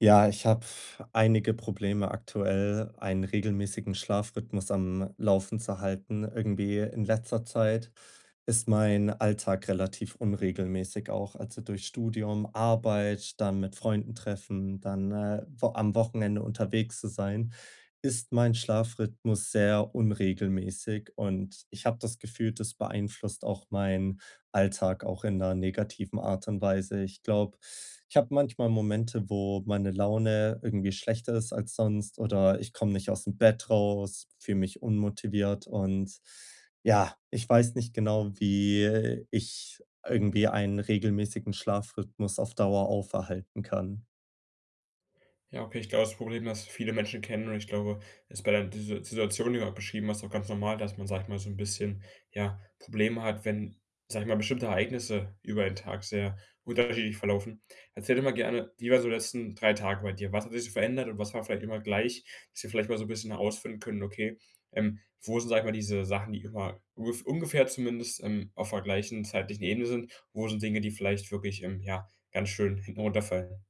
Ja, ich habe einige Probleme aktuell, einen regelmäßigen Schlafrhythmus am Laufen zu halten. Irgendwie in letzter Zeit ist mein Alltag relativ unregelmäßig auch. Also durch Studium, Arbeit, dann mit Freunden treffen, dann wo am Wochenende unterwegs zu sein, ist mein Schlafrhythmus sehr unregelmäßig und ich habe das Gefühl, das beeinflusst auch mein Alltag auch in einer negativen Art und Weise. Ich glaube, ich habe manchmal Momente, wo meine Laune irgendwie schlechter ist als sonst oder ich komme nicht aus dem Bett raus, fühle mich unmotiviert und ja, ich weiß nicht genau, wie ich irgendwie einen regelmäßigen Schlafrhythmus auf Dauer auferhalten kann. Ja, okay, ich glaube, das Problem, das viele Menschen kennen und ich glaube, ist bei der Dis Situation, die du grad beschrieben hast, auch ganz normal, dass man, sag ich mal, so ein bisschen, ja, Probleme hat, wenn, sag ich mal, bestimmte Ereignisse über den Tag sehr unterschiedlich verlaufen. Erzähl doch mal gerne, wie waren so die letzten 3 Tage bei dir? Was hat sich so verändert und was war vielleicht immer gleich, dass wir vielleicht mal so ein bisschen herausfinden können, okay, wo sind, sag ich mal, diese Sachen, die immer ungefähr zumindest, auf der gleichen zeitlichen Ebene sind? Wo sind Dinge, die vielleicht wirklich, ja, ganz schön hinten runterfallen?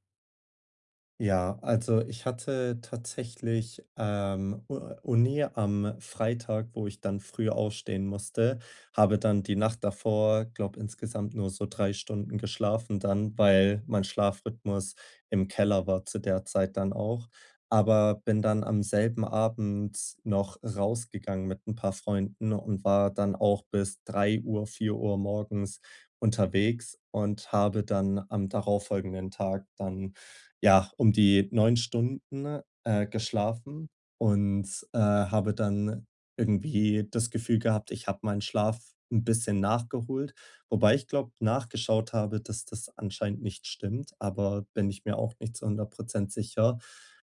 Ja, also ich hatte tatsächlich U Uni am Freitag, wo ich dann früh aufstehen musste, habe dann die Nacht davor, glaube insgesamt nur so 3 Stunden geschlafen dann, weil mein Schlafrhythmus im Keller war zu der Zeit dann auch. Aber bin dann am selben Abend noch rausgegangen mit ein paar Freunden und war dann auch bis drei Uhr vier Uhr morgens unterwegs und habe dann am darauffolgenden Tag dann ja, um die 9 Stunden, geschlafen und, habe dann irgendwie das Gefühl gehabt, ich habe meinen Schlaf ein bisschen nachgeholt, wobei ich glaube, nachgeschaut habe, dass das anscheinend nicht stimmt, aber bin ich mir auch nicht zu 100% sicher.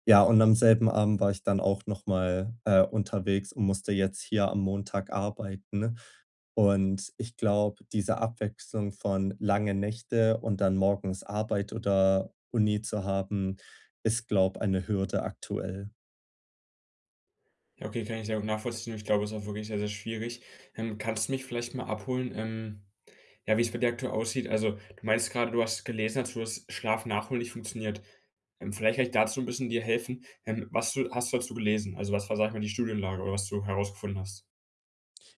Ja, und am selben Abend war ich dann auch noch mal, unterwegs und musste jetzt hier am Montag arbeiten. Und ich glaube, diese Abwechslung von lange Nächte und dann morgens Arbeit oder Uni zu haben, ist, glaube, ich eine Hürde aktuell. Ja, okay, kann ich sehr gut nachvollziehen. Ich glaube, es ist auch wirklich sehr, sehr schwierig. Kannst du mich vielleicht mal abholen, ja, wie es bei dir aktuell aussieht? Also, du meinst gerade, du hast gelesen dazu, dass du das Schlaf nachholen nicht funktioniert. Vielleicht kann ich dazu ein bisschen dir helfen. Was du hast du dazu gelesen? Also, was war, sag ich mal, die Studienlage oder was du herausgefunden hast?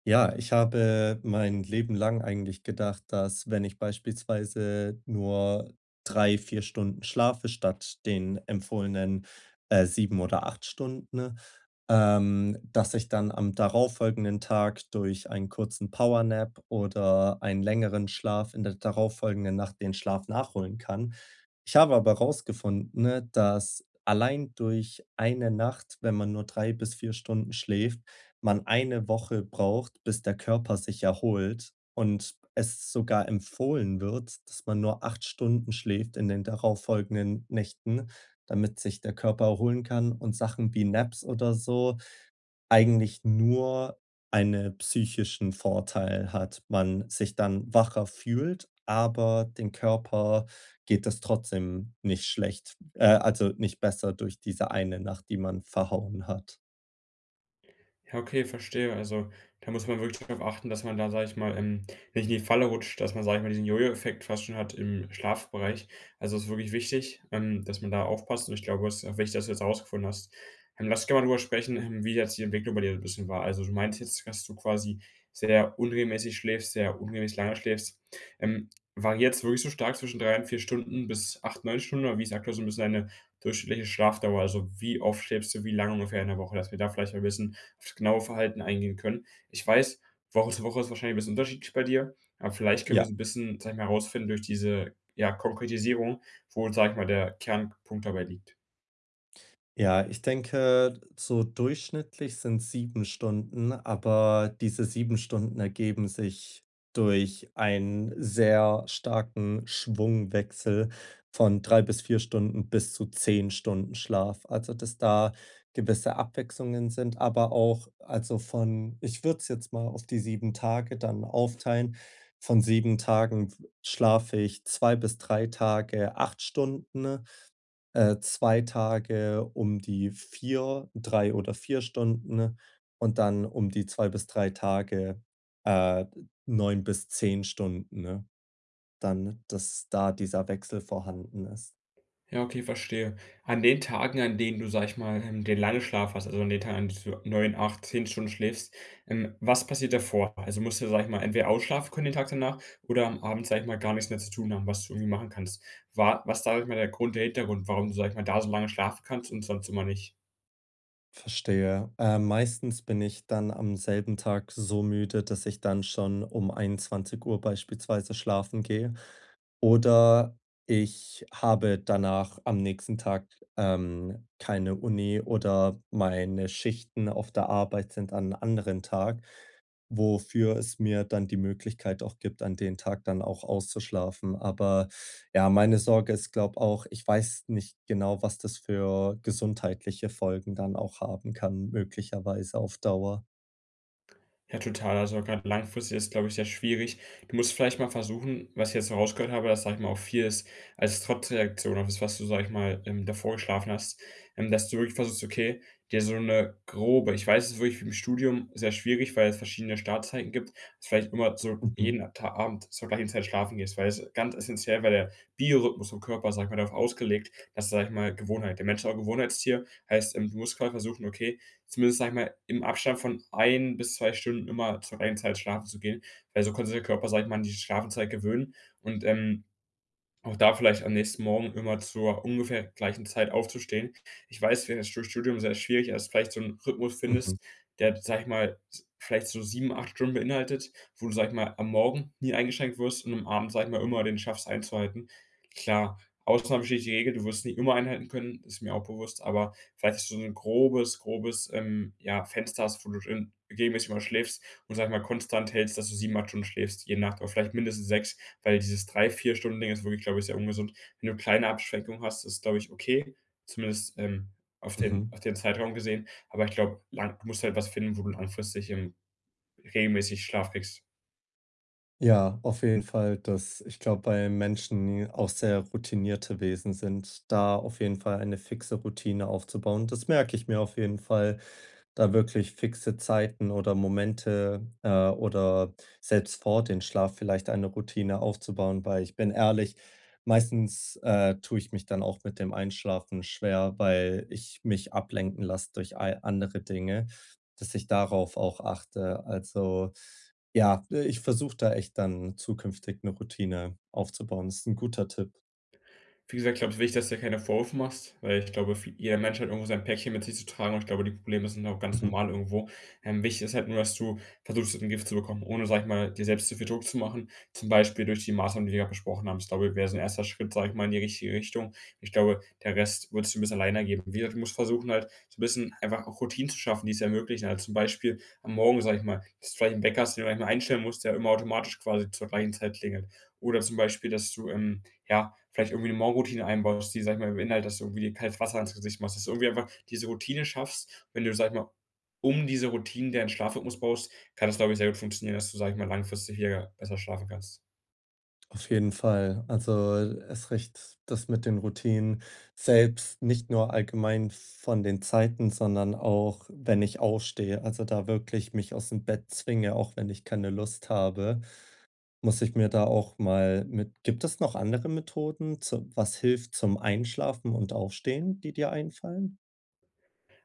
Ja, ich habe mein Leben lang eigentlich gedacht, dass wenn ich beispielsweise nur 3 4 Stunden schlafe statt den empfohlenen, 7 oder 8 Stunden, ne, dass ich dann am darauffolgenden Tag durch einen kurzen Powernap oder einen längeren Schlaf in der darauffolgenden Nacht den Schlaf nachholen kann. Ich habe aber herausgefunden, ne, dass allein durch eine Nacht, wenn man nur 3 bis 4 Stunden schläft, man eine Woche braucht, bis der Körper sich erholt und es sogar empfohlen wird, dass man nur 8 Stunden schläft in den darauffolgenden Nächten, damit sich der Körper erholen kann und Sachen wie Naps oder so eigentlich nur einen psychischen Vorteil hat. Man sich dann wacher fühlt, aber dem Körper geht es trotzdem nicht schlecht also nicht besser durch diese eine Nacht, die man verhauen hat. Ja, okay, verstehe. Also, da muss man wirklich darauf achten, dass man da, sage ich mal, nicht in die Falle rutscht, dass man, sage ich mal, diesen Jojo-Effekt fast schon hat im Schlafbereich. Also, es ist wirklich wichtig, dass man da aufpasst. Und ich glaube, es ist auch wichtig, dass du jetzt herausgefunden hast. Lass uns gerne mal drüber sprechen, wie jetzt die Entwicklung bei dir so ein bisschen war. Also, du meinst jetzt, dass du quasi sehr unregelmäßig schläfst, sehr unregelmäßig lange schläfst. Ähm, Variiert es wirklich so stark zwischen 3 und 4 Stunden bis 8, 9 Stunden? Oder wie ist aktuell so ein bisschen deine durchschnittliche Schlafdauer? Also, wie oft schläfst du, wie lange ungefähr in der Woche? Dass wir da vielleicht mal wissen, aufs genaue Verhalten eingehen können. Ich weiß, Woche zu Woche ist wahrscheinlich 'n bisschen unterschiedlich bei dir, aber vielleicht können wir Ja. so ein bisschen, sag ich mal, herausfinden durch diese, ja, Konkretisierung, wo, sage ich mal, der Kernpunkt dabei liegt. Ja, ich denke, so durchschnittlich sind 7 Stunden, aber diese 7 Stunden ergeben sich durch einen sehr starken Schwungwechsel von 3 bis 4 Stunden bis zu 10 Stunden Schlaf. Also, dass da gewisse Abwechslungen sind, aber auch also, von ich würde es jetzt mal auf die 7 Tage dann aufteilen. Von 7 Tagen schlafe ich 2 bis 3 Tage 8 Stunden 2 Tage um die 4 3 oder 4 Stunden und dann um die 2 bis 3 Tage, äh, 9 bis 10 Stunden, ne? Dann, dass da dieser Wechsel vorhanden ist. Ja, okay, verstehe. An den Tagen, an denen du, sag ich mal, den langen Schlaf hast, also an den Tagen, an denen du 9, 8, 10 Stunden schläfst, was passiert davor? Also musst du, sag ich mal, entweder ausschlafen können den Tag danach oder am Abend, sag ich mal, gar nichts mehr zu tun haben, was du irgendwie machen kannst. Wa Was, da, sag ich mal, der Grund der Hintergrund, warum du, sag ich mal, da so lange schlafen kannst und sonst immer nicht? Verstehe. Meistens bin ich dann am selben Tag so müde, dass ich dann schon um 21 Uhr beispielsweise schlafen gehe. Oder ich habe danach am nächsten Tag, keine Uni oder meine Schichten auf der Arbeit sind an einem anderen Tag, wofür es mir dann die Möglichkeit auch gibt, an den Tag dann auch auszuschlafen. Aber ja, meine Sorge ist, glaube auch ich weiß nicht genau, was das für gesundheitliche Folgen dann auch haben kann, möglicherweise auf Dauer. Ja, total. Also gerade langfristig ist, glaube ich, sehr schwierig. Du musst vielleicht mal versuchen, was ich jetzt so rausgehört habe, dass, sag ich mal, auch viel ist als Trotzreaktion auf das, was du, sag ich mal, davor geschlafen hast, dass du wirklich versuchst, okay, dir so eine grobe ich weiß, es ist wirklich im Studium sehr schwierig, weil es verschiedene Startzeiten gibt, dass vielleicht immer so Mhm, jeden Ta Abend zur gleichen Zeit schlafen gehst, weil es ist ganz essentiell weil der Biorhythmus vom Körper, sag ich mal, darauf ausgelegt, dass, sag ich mal Gewohnheit der Mensch ist auch 'n Gewohnheitstier, heißt, du musst quasi versuchen, okay, zumindest, sage ich mal, im Abstand von 1 bis 2 Stunden immer zur gleichen Zeit schlafen zu gehen, weil so konnte sich der Körper, sage ich mal, an die Schlafenszeit gewöhnen und, auch da vielleicht am nächsten Morgen immer zur ungefähr gleichen Zeit aufzustehen. Ich weiß, wäre das durch Studium sehr schwierig, dass du vielleicht so 'n Rhythmus mhm, findest, der, sage ich mal, s vielleicht so 7 8 Stunden beinhaltet, wo du, sage ich mal, am Morgen nie eingeschränkt wirst und am Abend, sage ich mal, immer den schaffst einzuhalten. Klar, Ausnahmen bestätigt die Regel, du wirst nie immer einhalten können, ist mir auch bewusst, aber vielleicht dass du so 'n grobes ja, Fenster hast, wo du drin regelmäßig mal schläfst und, sage ich mal, konstant hältst, dass du 7 8 Stunden schläfst, jede Nacht oder vielleicht mindestens 6. Weil dieses 3 4 Stunden Ding ist wirklich, glaube ich, sehr ungesund. Wenn du kleine Abschwenkungen hast, ist, glaube ich, okay, zumindest, mhm. auf den Zeitraum gesehen. Aber ich glaube, lang du musst halt was finden, wo du langfristig, regelmäßig Schlaf kriegst. Ja, auf jeden Fall, dass ich glaube, weil Menschen auch sehr routinierte Wesen sind, da auf jeden Fall eine fixe Routine aufzubauen. Das merke ich mir auf jeden Fall da wirklich fixe Zeiten oder Momente, oder selbst vor den Schlaf vielleicht eine Routine aufzubauen, weil ich bin ehrlich, meistens, tue ich mich dann auch mit dem Einschlafen schwer, weil ich mich ablenken lasse durch ei andere Dinge, dass ich darauf auch achte. Also, ja, ich versuche da echt dann zukünftig eine Routine aufzubauen. Das ist ein guter Tipp. Wie gesagt, glaube ich, wichtig, dass du dir keine Vorwürfe machst, weil ich glaube, vi jeder Mensch hat irgendwo sein Päckchen mit sich zu tragen und ich glaube, die Probleme sind auch ganz Mhm. normal irgendwo. Wichtig ist halt nur, dass du versuchst, es Gift zu bekommen, ohne, sag ich mal, dir selbst zu viel Druck zu machen, zum Beispiel durch die Maßnahmen, die wir gerade besprochen haben. Ich glaube, wäre so ein erster Schritt, sag ich mal, in die richtige Richtung. Ich glaube, der Rest wird sich ein bisschen alleine ergeben. Wie gesagt, du musst versuchen halt, so ein bisschen einfach auch Routinen zu schaffen, die es ermöglichen. Also, zum Beispiel am Morgen, sag ich mal, dass du vielleicht 'n Bäcker, hast, den du manchmal einstellen musst, der immer automatisch quasi zur gleichen Zeit klingelt. Oder zum Beispiel, dass du, ja, vielleicht irgendwie eine Morgenroutine einbaust, die, sag ich mal, beinhaltet, dass du irgendwie dir kaltes Wasser ins Gesicht machst, dass du irgendwie einfach diese Routine schaffst. Wenn du, sag ich mal, um diese Routinen deinen Schlafrhythmus baust, kann das, glaube ich, sehr gut funktionieren, dass du, sag ich mal, langfristig hier besser schlafen kannst. Auf jeden Fall. Also, es recht das mit den Routinen selbst, nicht nur allgemein von den Zeiten, sondern auch, wenn ich aufstehe. Also, da wirklich mich aus dem Bett zwinge, auch wenn ich keine Lust habe, muss ich mir da auch mal mit gibt es noch andere Methoden, zu was hilft zum Einschlafen und Aufstehen, die dir einfallen?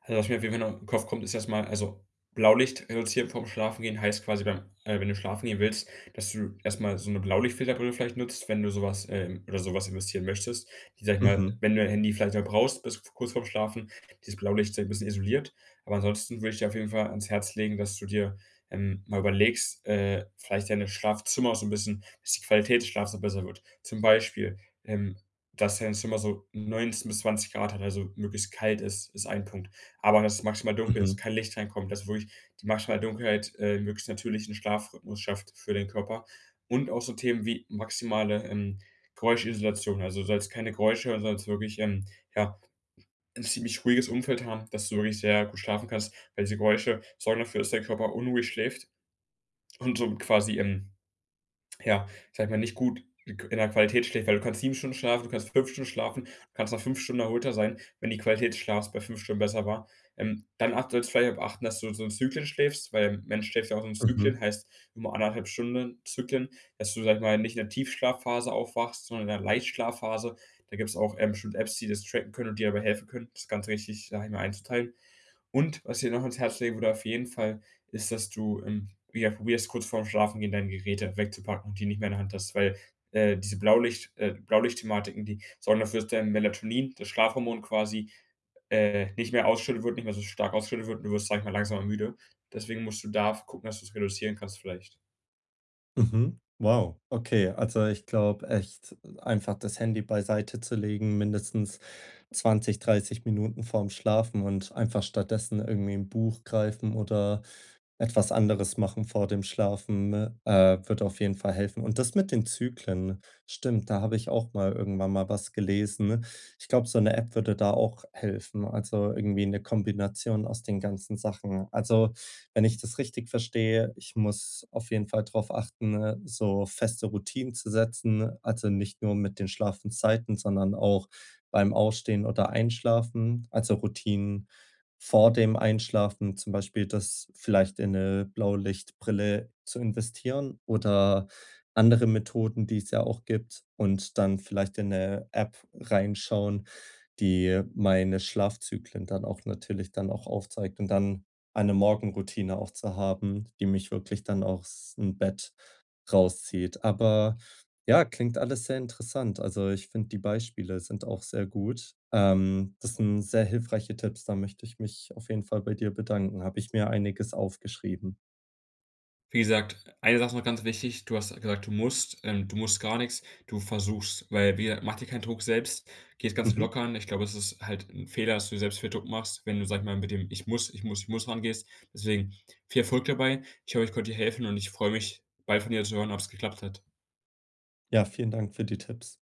Also, was mir auf jeden Fall noch in den Kopf kommt, ist erstmal also, Blaulicht reduzieren vorm Schlafengehen heißt quasi beim wenn du schlafen gehen willst, dass du erstmal so eine Blaulichtfilterbrille vielleicht nutzt, wenn du sowas oder sowas investieren möchtest, die, sag ich mal Mhm, wenn du dein Handy vielleicht mal brauchst bis kurz vorm Schlafen, dieses Blaulicht so ein bisschen isoliert. Aber ansonsten würde ich dir auf jeden Fall ans Herz legen, dass du dir, mal überlegst, vielleicht deine Schlafzimmer so ein bisschen dass die Qualität des Schlafs so besser wird. Zum Beispiel, ähm, dass dein Zimmer so 19 bis 20 Grad hat, also möglichst kalt ist, ist ein Punkt. Aber dass es maximal dunkel ist, mhm, kein Licht reinkommt, dass wirklich die maximale Dunkelheit, möglichst natürlichen Schlafrhythmus schafft für den Körper. Und auch so Themen wie maximale, Geräuschisolation. Also, du sollst keine Geräusche hören, sondern wirklich, ja, ein ziemlich ruhiges Umfeld haben, dass du wirklich sehr gut schlafen kannst, weil diese Geräusche sorgen dafür, dass dein Körper unruhig schläft und so quasi, ja, sag ich mal, nicht gut in der Qualität schläft, weil du kannst 7 Stunden schlafen, du kannst 5 Stunden schlafen, du kannst nach 5 Stunden erholter sein, wenn die Qualität des Schlafs bei 5 Stunden besser war. Dann acht solltest du vielleicht auch achten, dass du so in Zyklen schläfst, weil der Mensch schläft ja auch so in mhm. Zyklen, heißt immer anderthalb Stunden Zyklen, dass du, sag ich mal, nicht in der Tiefschlafphase aufwachst, sondern in der Leichtschlafphase. Da gibt es auch, bestimmt Apps, die das tracken können und dir dabei helfen können, das Ganze richtig, sage ich mal, einzuteilen. Und was ich dir noch ans Herz legen würde auf jeden Fall, ist, dass du, ja, probierst kurz vorm Schlafengehen deine Geräte wegzupacken und die nicht mehr in der Hand hast, weil, diese Blaulicht Blaulichtthematiken, die sorgen dafür, dass dein Melatonin, das Schlafhormon quasi, nicht mehr ausgeschüttet wird, nicht mehr so stark ausgeschüttet wird und du wirst, sage ich mal, langsamer müde. Deswegen musst du da gucken, dass du es reduzieren kannst vielleicht. Mhm. Wow, okay. Also, ich glaube echt, einfach das Handy beiseite zu legen, mindestens 20, 30 Minuten vorm Schlafen und einfach stattdessen irgendwie ein Buch greifen oder etwas anderes machen vor dem Schlafen, ne? Wird auf jeden Fall helfen. Und das mit den Zyklen, ne? Stimmt, da habe ich auch mal irgendwann mal was gelesen. Ne? Ich glaube, so eine App würde da auch helfen, also irgendwie eine Kombination aus den ganzen Sachen. Also, wenn ich das richtig verstehe, ich muss auf jeden Fall darauf achten, so feste Routinen zu setzen, also nicht nur mit den Schlafenszeiten, sondern auch beim Ausstehen oder Einschlafen, also Routinen vor dem Einschlafen zum Beispiel das vielleicht in eine Blaulichtbrille zu investieren oder andere Methoden, die es ja auch gibt und dann vielleicht in eine App reinschauen, die meine Schlafzyklen dann auch natürlich dann auch aufzeigt und dann eine Morgenroutine auch zu haben, die mich wirklich dann ausm Bett rauszieht. Aber ja, klingt alles sehr interessant. Also, ich finde, die Beispiele sind auch sehr gut. Das sind sehr hilfreiche Tipps. Da möchte ich mich auf jeden Fall bei dir bedanken. Habe ich mir einiges aufgeschrieben. Wie gesagt, eine Sache ist noch ganz wichtig. Du hast gesagt, du musst gar nichts. Du versuchst, weil, wie gesagt, mach dir keinen Druck selbst, geh es ganz Mhm. locker an. Ich glaube, es ist halt ein Fehler, dass du dir selbst viel Druck machst, wenn du, sage ich mal, mit dem „Ich muss, ich muss, ich muss“ rangehst. Deswegen viel Erfolg dabei. Ich hoffe, ich konnte dir helfen und ich freue mich, bald von dir zu hören, ob es geklappt hat. Ja, vielen Dank für die Tipps.